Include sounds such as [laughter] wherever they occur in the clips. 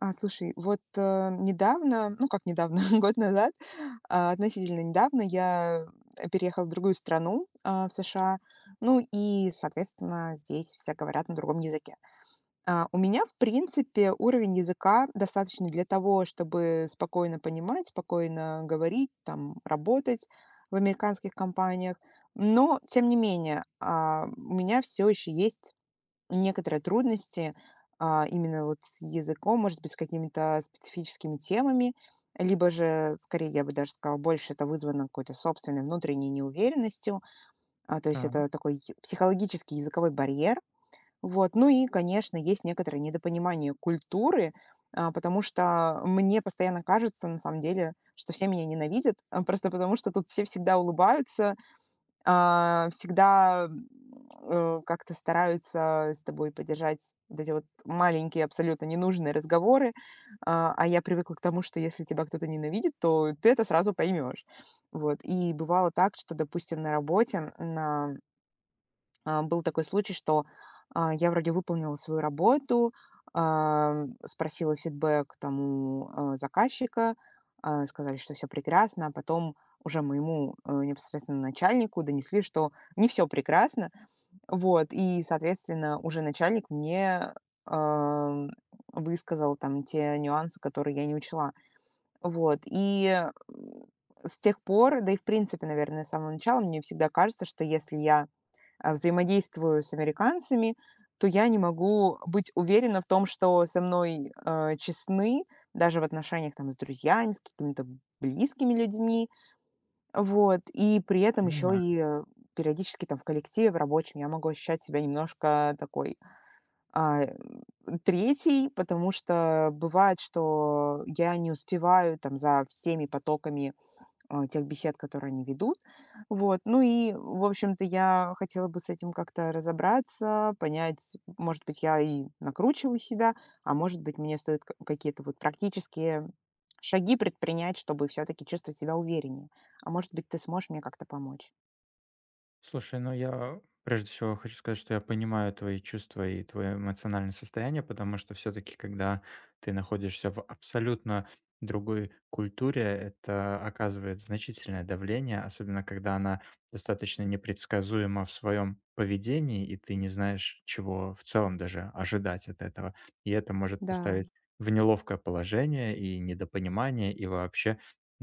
Слушай, вот недавно, ну как недавно, [laughs] год назад, относительно недавно я переехала в другую страну, в США, ну и, соответственно, здесь все говорят на другом языке. У меня, в принципе, уровень языка достаточный для того, чтобы спокойно понимать, спокойно говорить, там, работать в американских компаниях. Но, тем не менее, у меня все еще есть некоторые трудности, именно вот с языком, может быть, с какими-то специфическими темами, либо же, скорее, я бы даже сказала, больше это вызвано какой-то собственной внутренней неуверенностью, то есть Так, это такой психологический языковой барьер. Вот. Ну и, конечно, есть некоторое недопонимание культуры, потому что мне постоянно кажется, на самом деле, что все меня ненавидят, просто потому что тут все всегда улыбаются, всегда, как-то стараются с тобой поддержать вот эти вот маленькие, абсолютно ненужные разговоры. А я привыкла к тому, что если тебя кто-то ненавидит, то ты это сразу поймешь. Вот. И бывало так, что, допустим, на работе, был такой случай, что, я вроде выполнила свою работу, спросила фидбэк тому заказчика, сказали, что все прекрасно, а потом уже моему, непосредственно начальнику донесли, что не все прекрасно. Вот, и, соответственно, уже начальник мне, ам, высказал там те нюансы, которые я не учла. Вот, и, с тех пор, да и в принципе, наверное, с самого начала мне всегда кажется, что если я взаимодействую с американцами, то я не могу быть уверена в том, что со мной, честны, даже в отношениях там с друзьями, с какими-то близкими людьми. Вот. И при этом еще понимаю. и, периодически там в коллективе, в рабочем я могу ощущать себя немножко такой, а, м, потому что бывает, что я не успеваю там за всеми потоками тех бесед, которые они ведут. Вот. Ну и, в общем-то, я хотела бы с этим как-то разобраться, понять, может быть, я и накручиваю себя, а может быть, мне стоит какие-то вот практические шаги предпринять, чтобы все-таки чувствовать себя увереннее. А может быть, ты сможешь мне как-то помочь? Слушай, ну я прежде всего хочу сказать, что я понимаю твои чувства и твое эмоциональное состояние, потому что все-таки, когда ты находишься в абсолютно другой культуре, это оказывает значительное давление, особенно когда она достаточно непредсказуема в своем поведении, и ты не знаешь, чего в целом даже ожидать от этого. И это может Да, поставить в неловкое положение и недопонимание, и вообще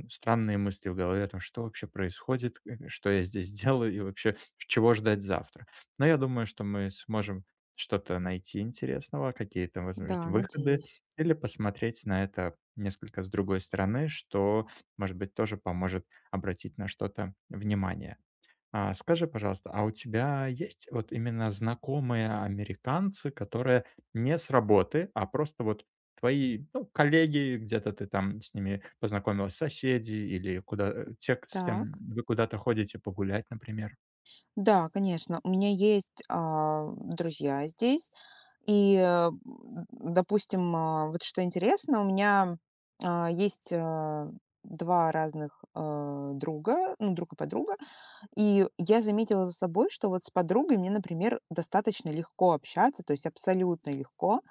странные мысли в голове о том, что вообще происходит, что я здесь делаю и вообще чего ждать завтра. Но я думаю, что мы сможем что-то найти интересного, какие-то, да, возможно, выходы, надеюсь. или посмотреть на это несколько с другой стороны, что, может быть, тоже поможет обратить на что-то внимание. А скажи, пожалуйста, а у тебя есть вот именно знакомые американцы, которые не с работы, а просто вот твои, ну, коллеги, где-то ты там с ними познакомилась, соседи или куда те, с кем Так. вы куда-то ходите погулять, например? Да, конечно. У меня есть друзья здесь. И, допустим, вот что интересно, у меня, есть, 2 разных, друга, ну, друг и подруга. И я заметила за собой, что вот с подругой мне, например, достаточно легко общаться, то есть абсолютно легко.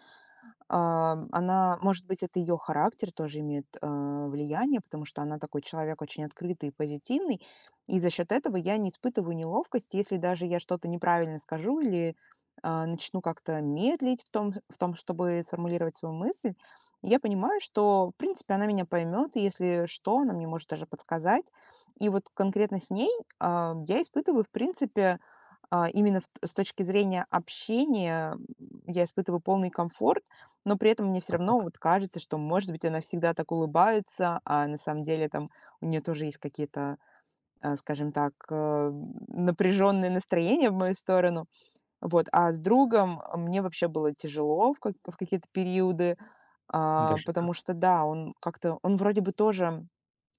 Она, может быть, это ее характер тоже имеет влияние, потому что она такой человек очень открытый и позитивный, и за счет этого я не испытываю неловкость, если даже я что-то неправильно скажу или начну как-то медлить в том, чтобы сформулировать свою мысль, я понимаю, что, в принципе, она меня поймет, и если что, она мне может даже подсказать. И вот конкретно с ней я испытываю, в принципе, с точки зрения общения, я испытываю полный комфорт, но при этом мне все равно Так, вот кажется, что, может быть, она всегда так улыбается, а на самом деле там у нее тоже есть какие-то, скажем так, напряженные настроения в мою сторону. Вот, а с другом мне вообще было тяжело в какие-то периоды, даже так. потому что, да, он вроде бы тоже,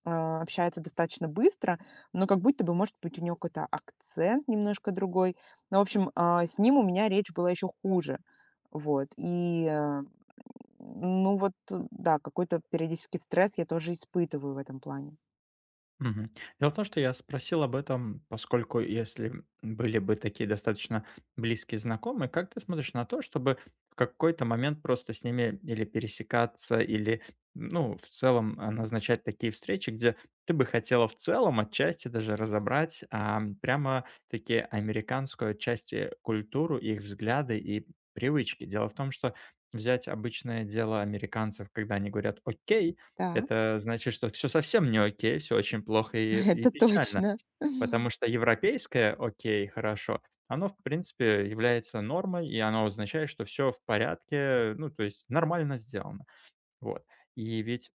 общается достаточно быстро, но как будто бы, может быть, у него какой-то акцент немножко другой. Ну, в общем, с ним у меня речь была еще хуже. Вот, и, ну вот, да, какой-то периодический стресс я тоже испытываю в этом плане. Мгм. Дело в том, что я спросил об этом, поскольку если были бы такие достаточно близкие знакомые, как ты смотришь на то, чтобы в какой-то момент просто с ними или пересекаться, или, ну, в целом назначать такие встречи, где ты бы хотела в целом отчасти даже разобрать прямо-таки американскую отчасти культуру, их взгляды и привычки. Дело в том, что взять обычное дело американцев, когда они говорят «Окей», Так, это значит, что все совсем не окей, все очень плохо и [laughs] это печально, точно. потому что европейское «окей, хорошо», оно, в принципе, является нормой, и оно означает, что все в порядке, ну, то есть нормально сделано. Вот. И ведь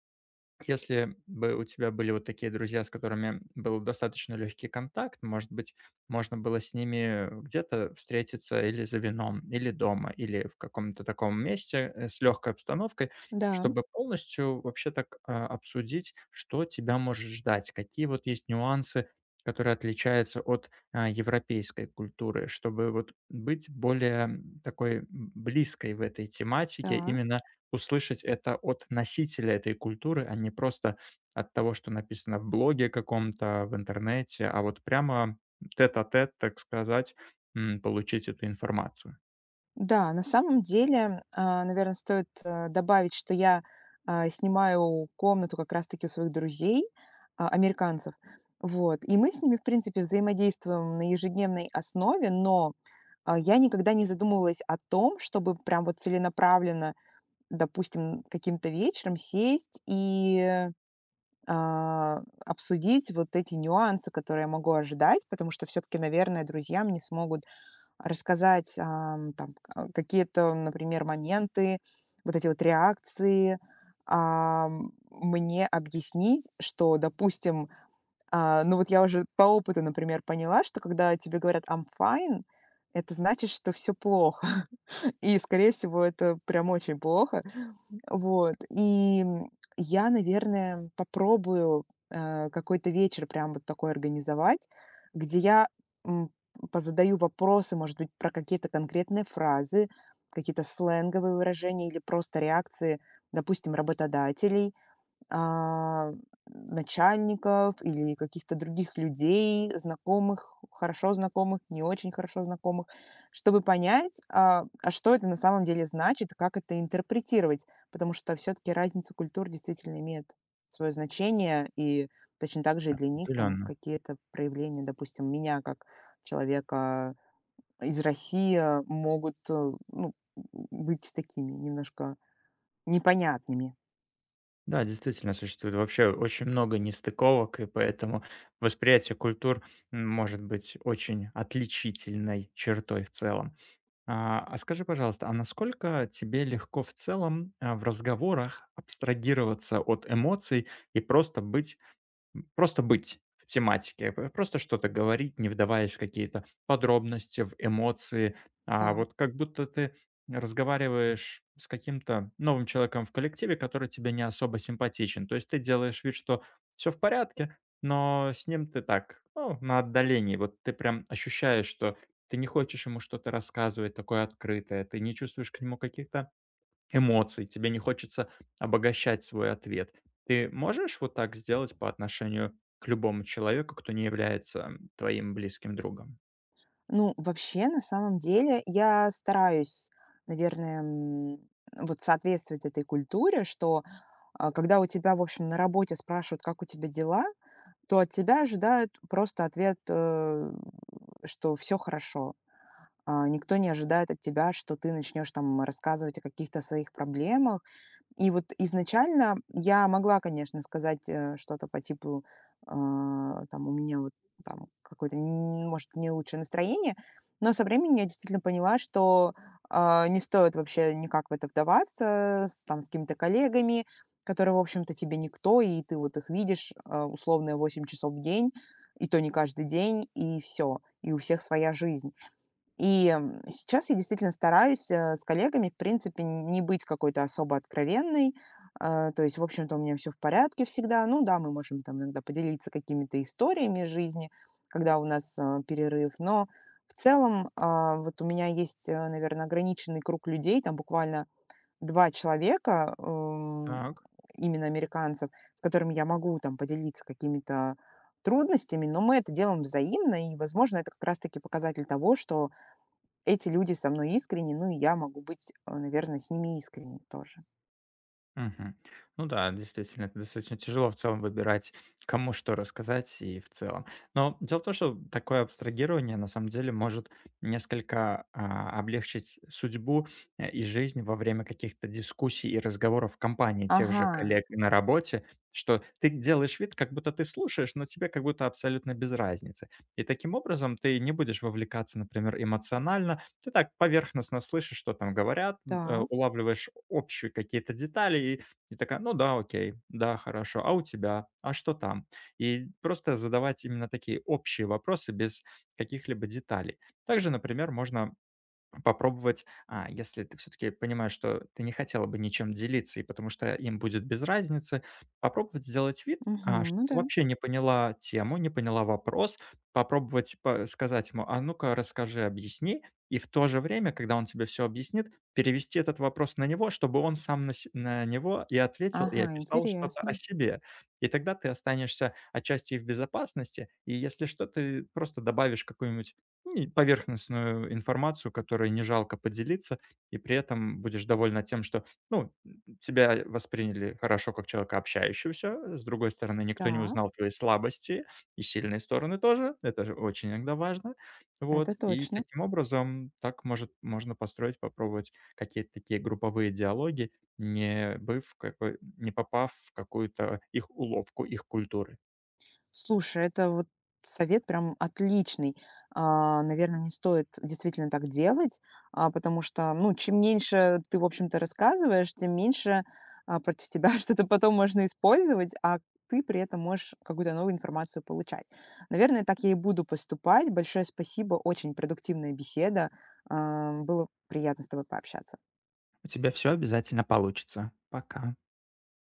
если бы у тебя были вот такие друзья, с которыми был достаточно легкий контакт, может быть, можно было с ними где-то встретиться или за вином, или дома, или в каком-то таком месте с легкой обстановкой, Да, чтобы полностью вообще так обсудить, что тебя может ждать, какие вот есть нюансы, которые отличаются от европейской культуры, чтобы вот быть более такой близкой в этой тематике, так. именно услышать это от носителя этой культуры, а не просто от того, что написано в блоге каком-то, в интернете, а вот прямо тет-а-тет, так сказать, получить эту информацию. Да, на самом деле, наверное, стоит, добавить, что я, снимаю комнату как раз-таки у своих друзей, американцев. Вот, и мы с ними, в принципе, взаимодействуем на ежедневной основе, но, я никогда не задумывалась о том, чтобы прям вот целенаправленно, допустим, каким-то вечером сесть и, а, обсудить вот эти нюансы, которые я могу ожидать, потому что все таки, наверное, друзья мне смогут рассказать, там, какие-то, например, моменты, вот эти вот реакции. Мне объяснить, что, допустим, ну, вот я уже по опыту, например, поняла, что когда тебе говорят "I'm fine", это значит, что все плохо. [laughs] И, скорее всего, это прям очень плохо. Вот, и я, наверное, попробую, какой-то вечер прям вот такой организовать, где я, м, позадаю вопросы, может быть, про какие-то конкретные фразы, какие-то сленговые выражения или просто реакции, допустим, работодателей, а, начальников или каких-то других людей, знакомых, хорошо знакомых, не очень хорошо знакомых, чтобы понять, а что это на самом деле значит, как это интерпретировать, потому что все-таки разница культур действительно имеет свое значение, и точно так же и для них там Определенно. какие-то проявления, допустим, меня как человека из России могут ну, быть такими немножко непонятными. Да, действительно, существует вообще очень много нестыковок, и поэтому восприятие культур может быть очень отличительной чертой в целом. А скажи, пожалуйста, а насколько тебе легко в целом в разговорах абстрагироваться от эмоций и просто быть в тематике, п просто что-то говорить, не вдаваясь в какие-то подробности, в эмоции. А Так. вот как будто ты разговариваешь с каким-то новым человеком в коллективе, который тебе не особо симпатичен. То есть ты делаешь вид, что все в порядке, но с ним ты так, ну, на отдалении. Вот ты прям ощущаешь, что ты не хочешь ему что-то рассказывать такое открытое, ты не чувствуешь к нему каких-то эмоций, тебе не хочется обогащать свой ответ. Ты можешь вот так сделать по отношению к любому человеку, кто не является твоим близким другом? Ну, вообще, на самом деле, я стараюсь, наверное, вот соответствовать этой культуре, что когда у тебя, в общем, на работе спрашивают, как у тебя дела, то от тебя ожидают просто ответ, что все хорошо. Никто не ожидает от тебя, что ты начнешь там рассказывать о каких-то своих проблемах, и вот изначально я могла, конечно, сказать, что-то по типу, там, у меня вот там какое-то, может, не лучшее настроение, но со временем я действительно поняла, что не стоит вообще никак в это вдаваться, там, с какими-то коллегами, которые, в общем-то, тебе никто, и ты вот их видишь условно 8 часов в день, и то не каждый день, и все, и у всех своя жизнь. И, сейчас я действительно стараюсь, с коллегами, в принципе, не быть какой-то особо откровенной. То есть, в общем-то, у меня все в порядке всегда. Ну да, мы можем там иногда поделиться какими-то историями из жизни, когда у нас, перерыв. Но в целом, вот у меня есть, наверное, ограниченный круг людей, там буквально 2 человека, именно американцев, с которыми я могу там поделиться какими-то трудностями, но мы это делаем взаимно, и, возможно, это как раз таки показатель того, что эти люди со мной искренни, ну и я могу быть, наверное, с ними искренней тоже. Мгм. Ну да, действительно, это достаточно тяжело в целом выбирать, кому что рассказать и в целом. Но дело в том, что такое абстрагирование на самом деле может несколько облегчить судьбу и жизнь во время каких-то дискуссий и разговоров в компании тех же Ага, коллег и на работе, что ты делаешь вид, как будто ты слушаешь, но тебе как будто абсолютно без разницы. И таким образом ты не будешь вовлекаться, например, эмоционально, ты так поверхностно слышишь, что там говорят, так, улавливаешь общие какие-то детали, и такая, ну да, окей, да, хорошо, а у тебя, а что там? И просто задавать именно такие общие вопросы без каких-либо деталей. Также, например, можно попробовать, а если ты все-таки понимаешь, что ты не хотела бы ничем делиться, и потому что им будет без разницы, попробовать сделать вид, а мгм, что ну ты да. вообще не поняла тему, не поняла вопрос, попробовать сказать ему: а ну-ка расскажи, объясни, и в то же время, когда он тебе все объяснит, перевести этот вопрос на него, чтобы он сам на него и ответил, и Ага, описал что-то о интересно. себе. И тогда ты останешься отчасти и в безопасности, и если что, ты просто добавишь какую-нибудь поверхностную информацию, которой не жалко поделиться, и при этом будешь довольна тем, что, ну, тебя восприняли хорошо как человека общающегося, с другой стороны, никто не Так, узнал твои слабости и сильные стороны тоже, это же очень иногда важно. это Вот. И точно. таким образом так может можно построить, попробовать какие-то такие групповые диалоги, не быв какой не попав в какую-то их уловку, их культуры. Слушай, это вот совет прям отличный. Наверное, не стоит действительно так делать, потому что, ну, чем меньше ты, в общем-то, рассказываешь, тем меньше против тебя [laughs] что-то потом можно использовать, а ты при этом можешь какую-то новую информацию получать. Наверное, так я и буду поступать. Большое спасибо, очень продуктивная беседа. Было приятно с тобой пообщаться. У тебя все обязательно получится. Пока.